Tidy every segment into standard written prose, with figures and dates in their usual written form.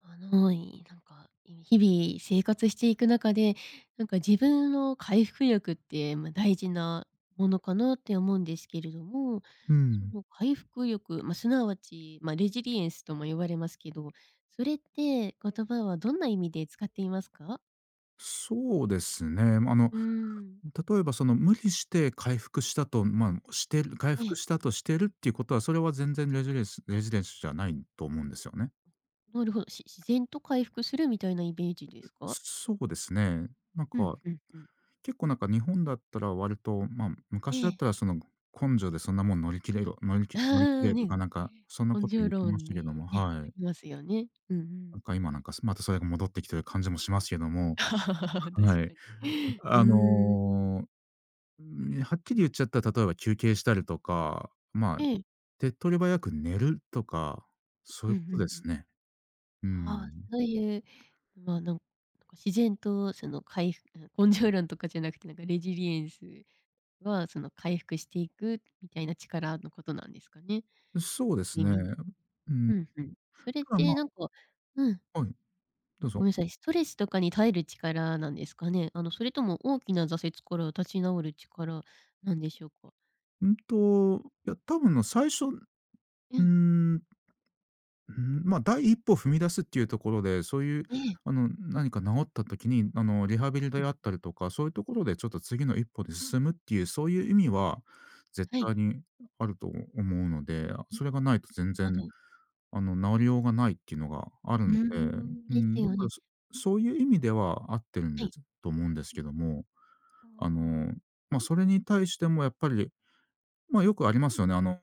なんか、日々生活していく中で、なんか自分の回復力って、まあ、大事なものかなって思うんですけれども、うそん、の回復力、まあ、すなわち、まあ、レジリエンスとも言われますけど、それって言葉はどんな意味で使っていますか？そうですね。まあの、うーん。例えばその無理して回復したと、まあ、してる回え復え、したとしてるっていうことは、それは全然レジデンスじゃないと思うんですよね。なるほど。自然と回復するみたいなイメージですか？そうですね。なんうん、か、うんうん。結構なんか日本だったら割と、まあ、え昔だっえ。たらその根性でそんなもん乗り切れろ、乗りあき乗り切あれとかね、なんか、そんな根こと性言ってま論しでたけども、ね、はあい。りますよね。うんうん。なんか今なんかまたそれが戻ってきてる感じもしますけども、確はい。かに。うあーん。のーうん、はっきり言っちゃったら、例えば休憩したりとか、まあ、ええ。手っ取り早く寝るとか、そうういんううこんうとでん。すね。うああ、ん。そういう、まあ、なんか自然とその回復 根性論とかじゃなくて、なんかレジリエンスはその回復していくみたいな力のことなんですかね。そうです睡ね。眠。うん。うんうん。それっただ、てまなんか、うん、あ、はい、どうぞ。ごめんなさい、ストレスとかに耐える力なんですかね？あの、それとも大きな挫折から立ち直る力なんでしょうか？うんと、いや、多分の最初、ううーん、ん、うん、まあ、第一歩踏み出すっていうところで、そういうええ、あの、何か治った時に、あの、リハビリうでん、あったりとか、そういうところでちょっと次の一歩で進むっていう、そういう意味は絶はい。対にあると思うので、それがないと全あ然、のあの、治りようがないっていうのがあるうので、ーん、うですん、だよからね。そそういう意味では合ってるんはでい。すと思うんですけども、あああ。の、まあ、それに対してもやっぱりまあ、よくありますよね。あの、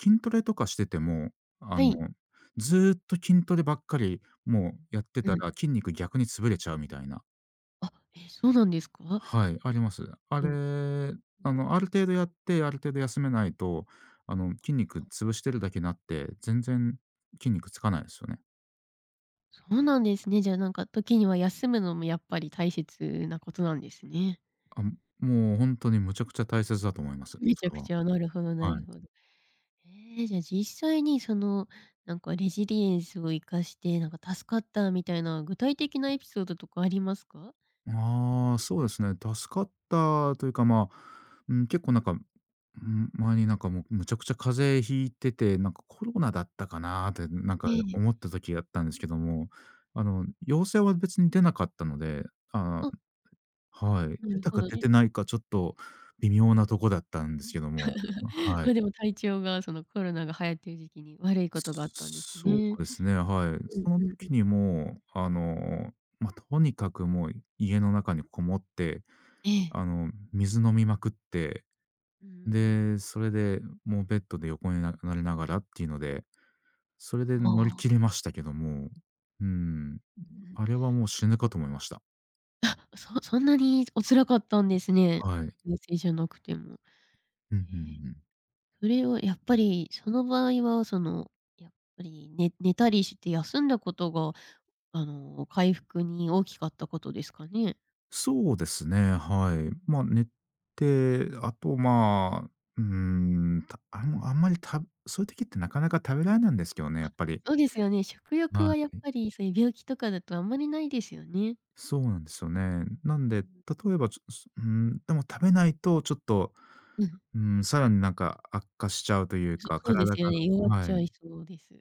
筋トレとかしてても、はあの、い。ずーっと筋トレばっかり、もうやってうたん。ら筋肉逆に潰れちゃうみたいな。あ、え、そうなんですか？はい、あります。あうん。れ、うあの、あん。る程度やって、ある程度休めないと、あの、筋肉あ潰してあ、るだけになって、全然筋肉つかないですよね。そうなんですね。じゃあ、なんか時には休むのもやっぱり大切なことなんですね。あ、もう本当にむちゃくちゃ大切だと思います、めそちゃれくは。ちゃ、なるほどなるはい。ほど。ええ、じゃあ実際にその、なんかレジリエンスを活かして、なんか助かったみたいな具体的なエピソードとかありますか？ああ、そうですね。助かったというか、まあ、うん、結構なんか、うん、前になんかもうむちゃくちゃ風邪ひいてて、なんかコロナだったかなってなんかえ思っえ。た時があったんですけども、うあん。の、陽性は別に出なかったので、ああ、ー、はい。な出るたほかど出ね。てないかちょっと微妙なとこだったんですけども、はい。ま、でも体調がそのコロナが流行ってる時期に悪いことがあったんですね。うそうんですね、はい。そのうんうん。時にもう、あの、まあ、とにかくもう家の中にこもって、ええ。あの、水飲みまくって、うーん。で、それで、もうベッドで横になりながらっていうので、それであ乗りあ、切れましたけども、うーん、うんうん。あれはもう死ぬかと思いました。そんなにお辛かったんですね。はい。陽性じゃなくても。うんえうんうえ、ん。それはやっぱり、その場合は、その、やっぱり、寝たりして休んだことが、回復に大きかったことですかね？そうですね、はい。まあ、寝て、あと、まあ、うーん、た、あの、あんまりた、そういう時ってなかなか食べられないんですけどね、やあ、っぱり。そうですよね。食は欲はやい。っぱり、そういう病気とかだとあんまりないですよね。そうなんですよね。なんうで、んう例えん。ば、ちょす、うーん、でも食べないとちょっと、うん、うん、さらになんか悪化しちゃうというそか、そうで体すよが、ね、弱っはちゃい、いそうです。うん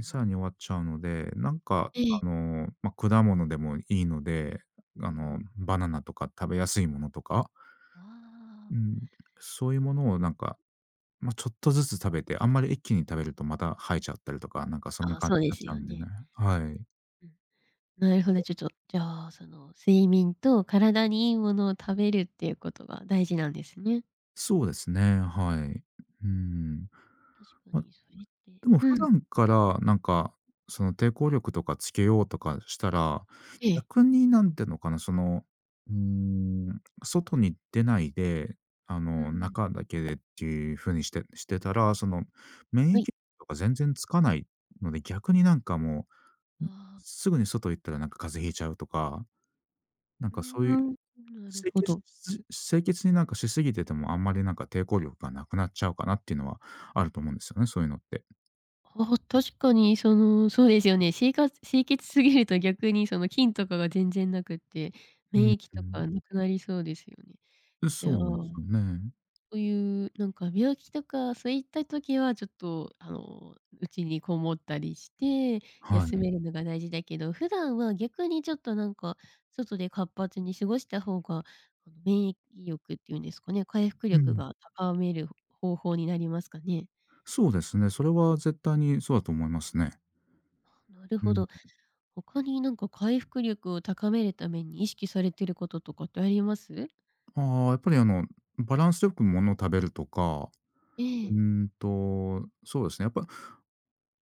うさらん。に終わっちゃうので、なんかええ。あの、まあ、果物でもいいので、うあんうの、ん。バナナとか食べやすいものとか、ああ。うん、そういうものをなんか、まあ、ちょっとずつ食べて、あんまり一気に食べるとまた生えちゃったりとか、なんかそんあなあ、感そじうにでなっすちゃうよんでね。ね。はい。うん。なるほど、ちょっと、じゃあ、その、睡眠と体にいいものを食べるっていうことが大事なんですね。そうですね、はい。ううん、ん。確まかあ、にそれって、でも普うん、段からなんか、その抵抗力とかつけようとかしたら、ええ。逆になんていうのかな、その、うーん、外に出ないで、あうの、ん、中だけでっていう風にしてたら、その、免は疫い。とか全然つかないので、逆になんかもう、あん、あ、すぐに外行ったらなんか風邪ひいちゃうとか、なんうーかそういうん、なる清ほ潔ど。清潔になんかしすぎてても、あんまりなんか抵抗力がなくなっちゃうかなっていうのはあると思うんですよね、そういうのって。ああ、確かにその、そうですよね。生活清潔すぎると逆にその菌とかが全然なくって、免疫うとかん。なくなりそうですよね。じゃそあうですよね。そういう、なんか病気とかそういった時はちょっと、うちにこもったりして、は休い。めるのが大事だけど、普段は逆にちょっとなんか、外で活発に過ごした方が、免疫力っていうんですかね、回復う力ん。が高める方法になりますかね。そうですね、それは絶対にそうだと思いますね。なるうほん。ど。他になんか回復力を高めるために意識されてることとかってあります？ああ、やっぱりあの、バランスよくものを食べるとか、えうえ。ーんと、そうですね、やっぱ、う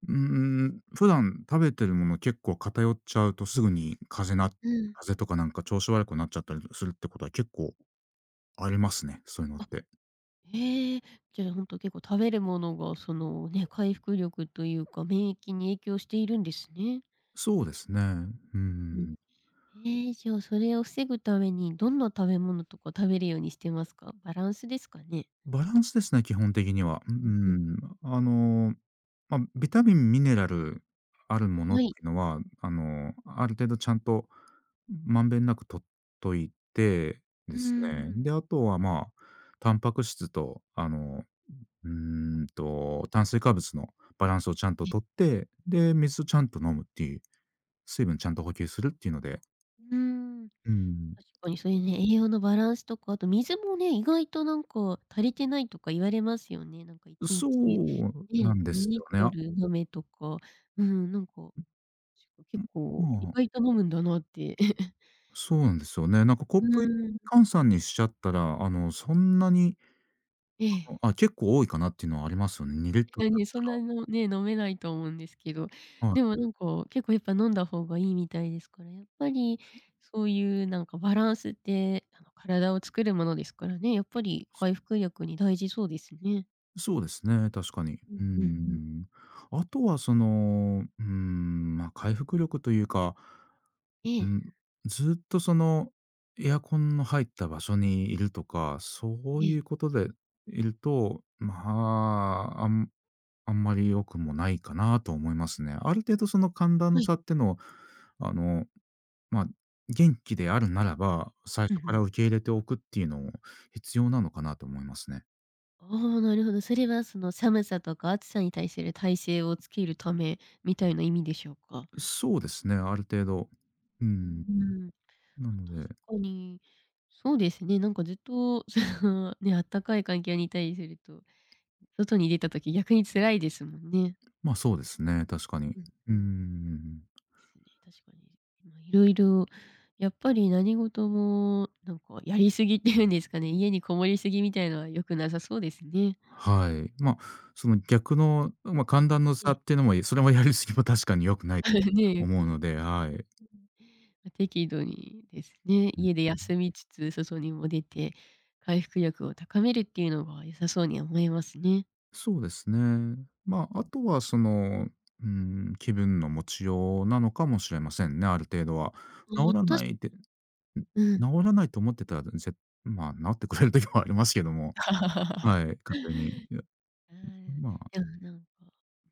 ーん、普段食べてるもの結構偏っちゃうとすぐに風邪なうん、風邪とかなんか調子悪くなっちゃったりするってことは結構ありますね、そういうのって。ええ、じゃあほんと結構食べるものがそのね、回復力というか、免疫に影響しているんですね。そうですね。ううんうん。ん。ええ、じゃあそれを防ぐためにどんな食べ物とか食べるようにしてますか？バランスですかね？バランスですね、基本的には。ううんうん。ん。あの、まあ、ビタミン、ミネラルあるものはってい。いうのは、あの、ある程度ちゃんとまんべんなく取っといてでうーすね。ん。で、あとは、まあ、タンパク質と、あの、うーんと、炭水化物のバランスをちゃんとえ、取って、で、水ちゃんと飲むっていう、水分ちゃんと補給するっていうので、うーん。うん、確かにそういうね、栄養のバランスとか、あと水もね、意外となんか足りてないとか言われますよね。なんか1そ日うなね、んですよね。2あ、リットル飲めとか、うん、なんか、結構意外と飲むんだなって。そうなんですよね。なんかコッうプん、換算にしちゃったら、あの、そんなに、ええ。あ、結構多いかなっていうのはありますよね。2リットいル。やねそんなのね、飲めないと思うんですけど、はでい。もなんか、結構やっぱ飲んだ方がいいみたいですから、やっぱりそういうなんかバランスって、体を作るものですからね、やっぱり回復力に大事そうですね。そうですね、確かに。うんううんうん。ん。あとはその、うん、まあ、回復力というか、えうえ、ん、ずっとその、エアコンの入った場所にいるとか、そえうえ、いうことでいると、まあ、あんまり良くもないかなと思いますね。ある程度その寒暖はのい。差ってのを、あの、まあ、元気であるならば、最うんう初からん。受け入れておくっていうのも必要なのかなと思いますね。ああ、なるほど。それはその寒さとか暑さに対する耐性をつけるためみたいな意味でしょうか？そうですね、ある程度。ううーん。ん。ま、なの確で、かに、そうですね、なんかずっと その、ね、あったかい環境にいたりすると、外に出た時逆に辛いですもんね。まあ、そうですね、確かに。ううんうーん。ん。確かに。ま、色々やっぱり何事もなんかやりすぎっていうんですかね、家にこもりすぎみたいのは良くなさそうですね。はい。まあ、その逆の、まあ、寒暖のえ差え、っていうのも、それもやりすぎも 確かに良くないと ね、良く思うなのい。で、はい。ま、適度にですね、うん。家で休みつつ外にも出て、回復力を高めるっていうのが良さそうに思えますね。そうですね。まあ、あとはその、うん、気分の持ちようなのかもしれませんね、ある程度は。う治ん、あ、らな私いで、ん、うん。治らないと思ってたら、ぜ、まあ、治ってくれる時もありますけども、はい、勝手に、いや、あー、まあ、でもなんか、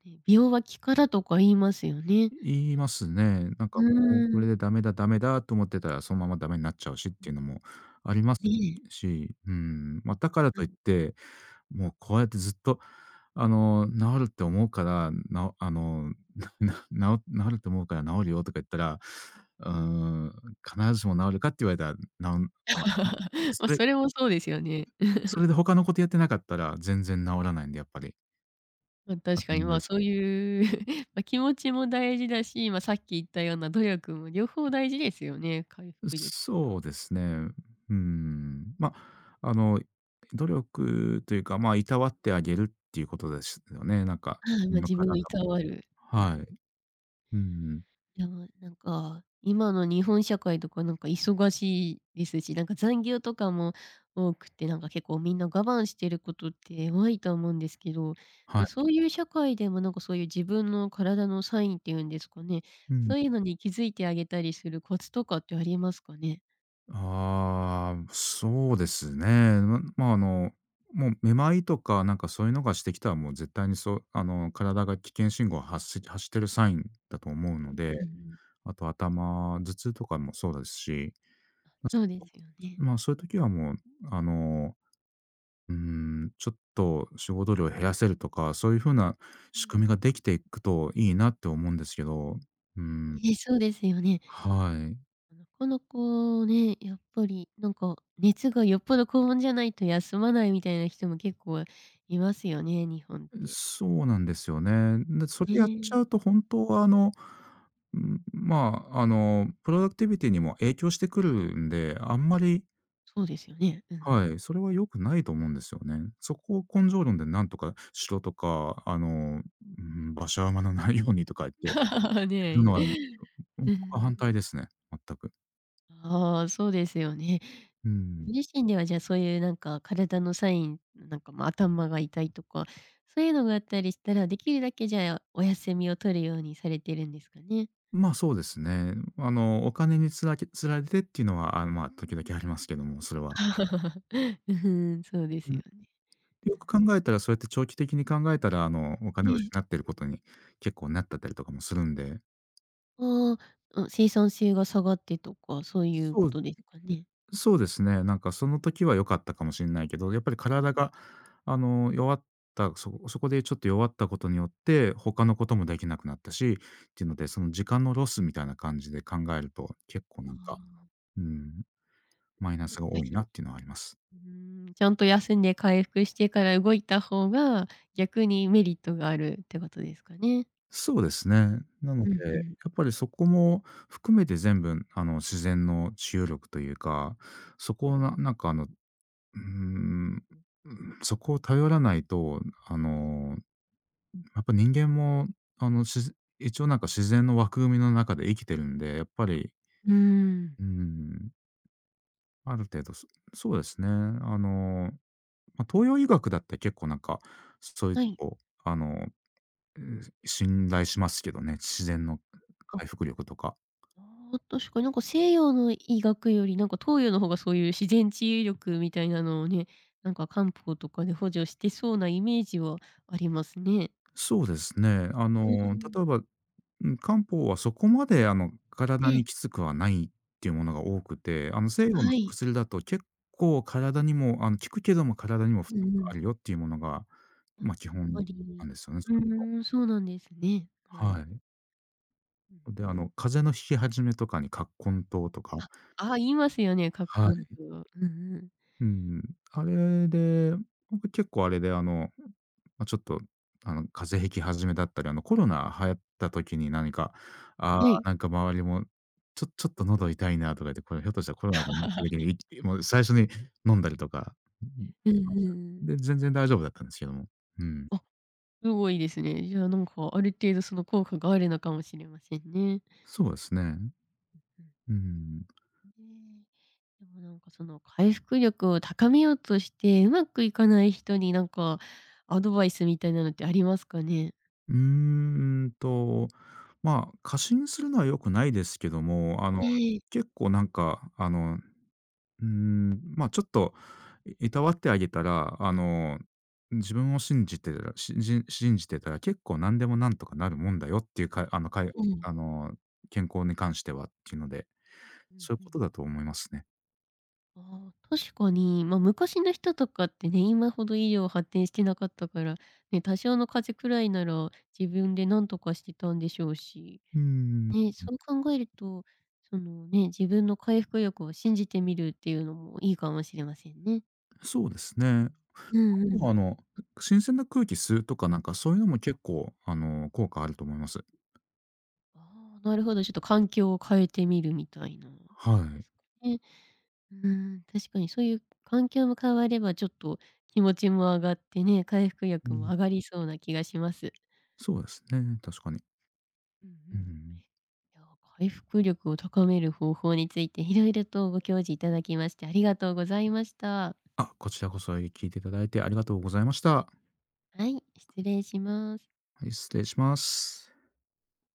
ね、美容は気からとか言いますよね。言いますね。なんうかもうこーん。れでダメだダメだと思ってたら、そのままダメになっちゃうしっうていうん、のもありますねし、うん、まあ、だからうといっん て、もうこうやってずっと、あの、治るって思うから、な、あの、なな治治ると思うから治るよとか言ったら、うーん、必ずしも治るかって言われたら、治ん、ま、そまあ、れ、それもそうですよね。それで他のことやってなかったら、全然治らないんで、やっぱり。まあ当確たかりに、前まあ、ですけそういう ま、気持ちも大事だし、まあ、さっき言ったような努力も両方大事ですよね、回ど復力にそは。うですね。ううん。ん。ま、あの、努力というか、ま、いたわってあげるっていうことですよね、なんか、あ、自ま分あ、の自分を体、いたわる。はい。うんうん。でも、なんか、今の日本社会とかなんか忙しいですし、なんか残業とかも多くて、なんか結構みんな我慢してることって多いと思うんですけど、はま、い。そういう社会でもなんかそういう自分の体のサインっていうんですかね、うそん。ういうのに気づいてあげたりするコツとかってありますかね？ああ、そうですね。あの、もうめまいとか、なんかそういうのがしてきたら、もう絶対にそう、あの、体が危険信号を発してるサインだと思うので、うんうん、あと頭痛とかもそうですし、あ、ま、そうですよね。あ、そういう時はもう、あの、うーん、ちょっと仕事量を減らせるとか、そういう風なう仕ん。組みができていくといいなって思うんですけど、うーん、ええ、そうですよね。はい。なかなかね、やっぱりなんか熱がよっぽど高温じゃないと休まないみたいな人も結構いますよね、日本って。そうなんですよね。で、そえれやっちえ、ゃうと本当はプロダクティビティにも影響してくるんで、あんまり、そうですよね。うんうはん い、それは良くないと思うんですよね。そこを根性論でなんとかしろとか、馬車馬のないようにとか言ってや るねのえ。は う僕はん。反対ですね、全く。ああ、そうですよね。うん。ご自身ではじゃあそういうなんか体のサイン、なんかま、頭が痛いとか、そういうのがあったりしたら、できるだけじゃあお休みを取るようにされてるんですかね？まあ、そうですね。お金にけつられてっていうのは、まあ、時々ありますけども、それは。うん、そうですうよん。ね。よく考えたら、そうやって長期的に考えたら、お金をえ。失ってることに結構なったたりとかもするんで、ああ、あ、生産性が下がってとか、そういうこそうとですかね？そうですね、なんかその時は良かったかもしれないけど、やっぱりう体ん。が、あの、弱ったそそこでちょっと弱ったことによって、他のこともできなくなったし、っていうので、その時間のロスみたいな感じで考えると、結構あなんか、あ、うん、マイナスが多い先になっていうのはあります。うーん、ちゃんと休んで回復してから動いた方が、逆にメリットがあるってことですかね？そうですね。なのうで、んうやん。っぱりそこも含めて全部、自然の治癒力というか、そこうをなんなんかうーん、そこを頼らないと、あの、やっぱ人間も、あの、し一応なんか自然の枠組みの中で生きてるんで、やっぱり、うーん、うーん、ある程度、そうですね。まあ、東洋医学だって結構なんか、そういうはとい。こ、あのうん、信頼しますけどね、自然のあ、回復力とか。ああ、確かになんか西洋の医学よりなんか東洋の方がそういう自然治癒力みたいなのをね、なんか漢方とかで補助してそうなイメージはありますね。そうですね。うんうん。例えば、うん、漢方はそこまでえ体にえ、きつくはないっていうものが多くて、西洋のはい。薬だと結構体にも、効くけども体にも負う担んうがあん。るよっていうものが、あ、ま、基やっ本ぱなり。んですよね。うーん、そうなんですね。なるはほい。うんで、うん。風邪の引き始めとかに葛根湯とか、あ、ああ、言いますよね、カッはコンい。と。うんうん。うん、あれで、僕結構あれでまあ、ちょっと風邪ひき始めだったり、コロナ流行った時に何か、ああ、はい。なんか周りも、ちょっと喉痛いなとか言って、これひょっとしたらコロナだと思ってる時に、もう最初に飲んだりとか、うん、うんうしまんしうたね。ん。で、全然大丈夫だったんですけども。うん。あ、すごいですね。じゃあ、なんか、ある程度その効果があるのかもしれませんね。そうですね。うん。うん。ね。でもなんか、その回復力を高めようとして、うまくいかない人になんか、アドバイスみたいなのってありますかね？うーんと、まあ、過信するのは良くないですけども、ええ。結構なんか、うーん、まあ、ちょっと、いいたわってあげたら、自分を信じてたら信じてたら結構何でもなんとかなるもんだよっていうかあの、かいうん。あの、健康に関してはっていうので、うんそういううこん。とだと思いますね。ああ、確かに、まあ、昔の人とかってね、今ほど医療発展してなかったから、ね、多少の風邪くらいなら自分で何とかしてたんでしょうし、うーん、ね、そう考えると、そのね、自分の回復力を信じてみるっていうのもいいかもしれませんね。そうですね。うんうあとん。は、新鮮な空気吸うとかなんかそういうのも結構、効果あると思います。ああ、なるほど、ちょっと環境を変えてみるみたいなはでい。すかね。うん、確かにそういう環境も変わればちょっと気持ちも上がってね、回復う力もん、上がりそうな気がします。そうですね、確かに。うんうん。ういん。や、回復力を高める方法についていろいろとご教示いただきましてありがとうございました。あ、こちらこそ、聞いていただいてありがとうございました。はい、失礼します。はい、失礼します。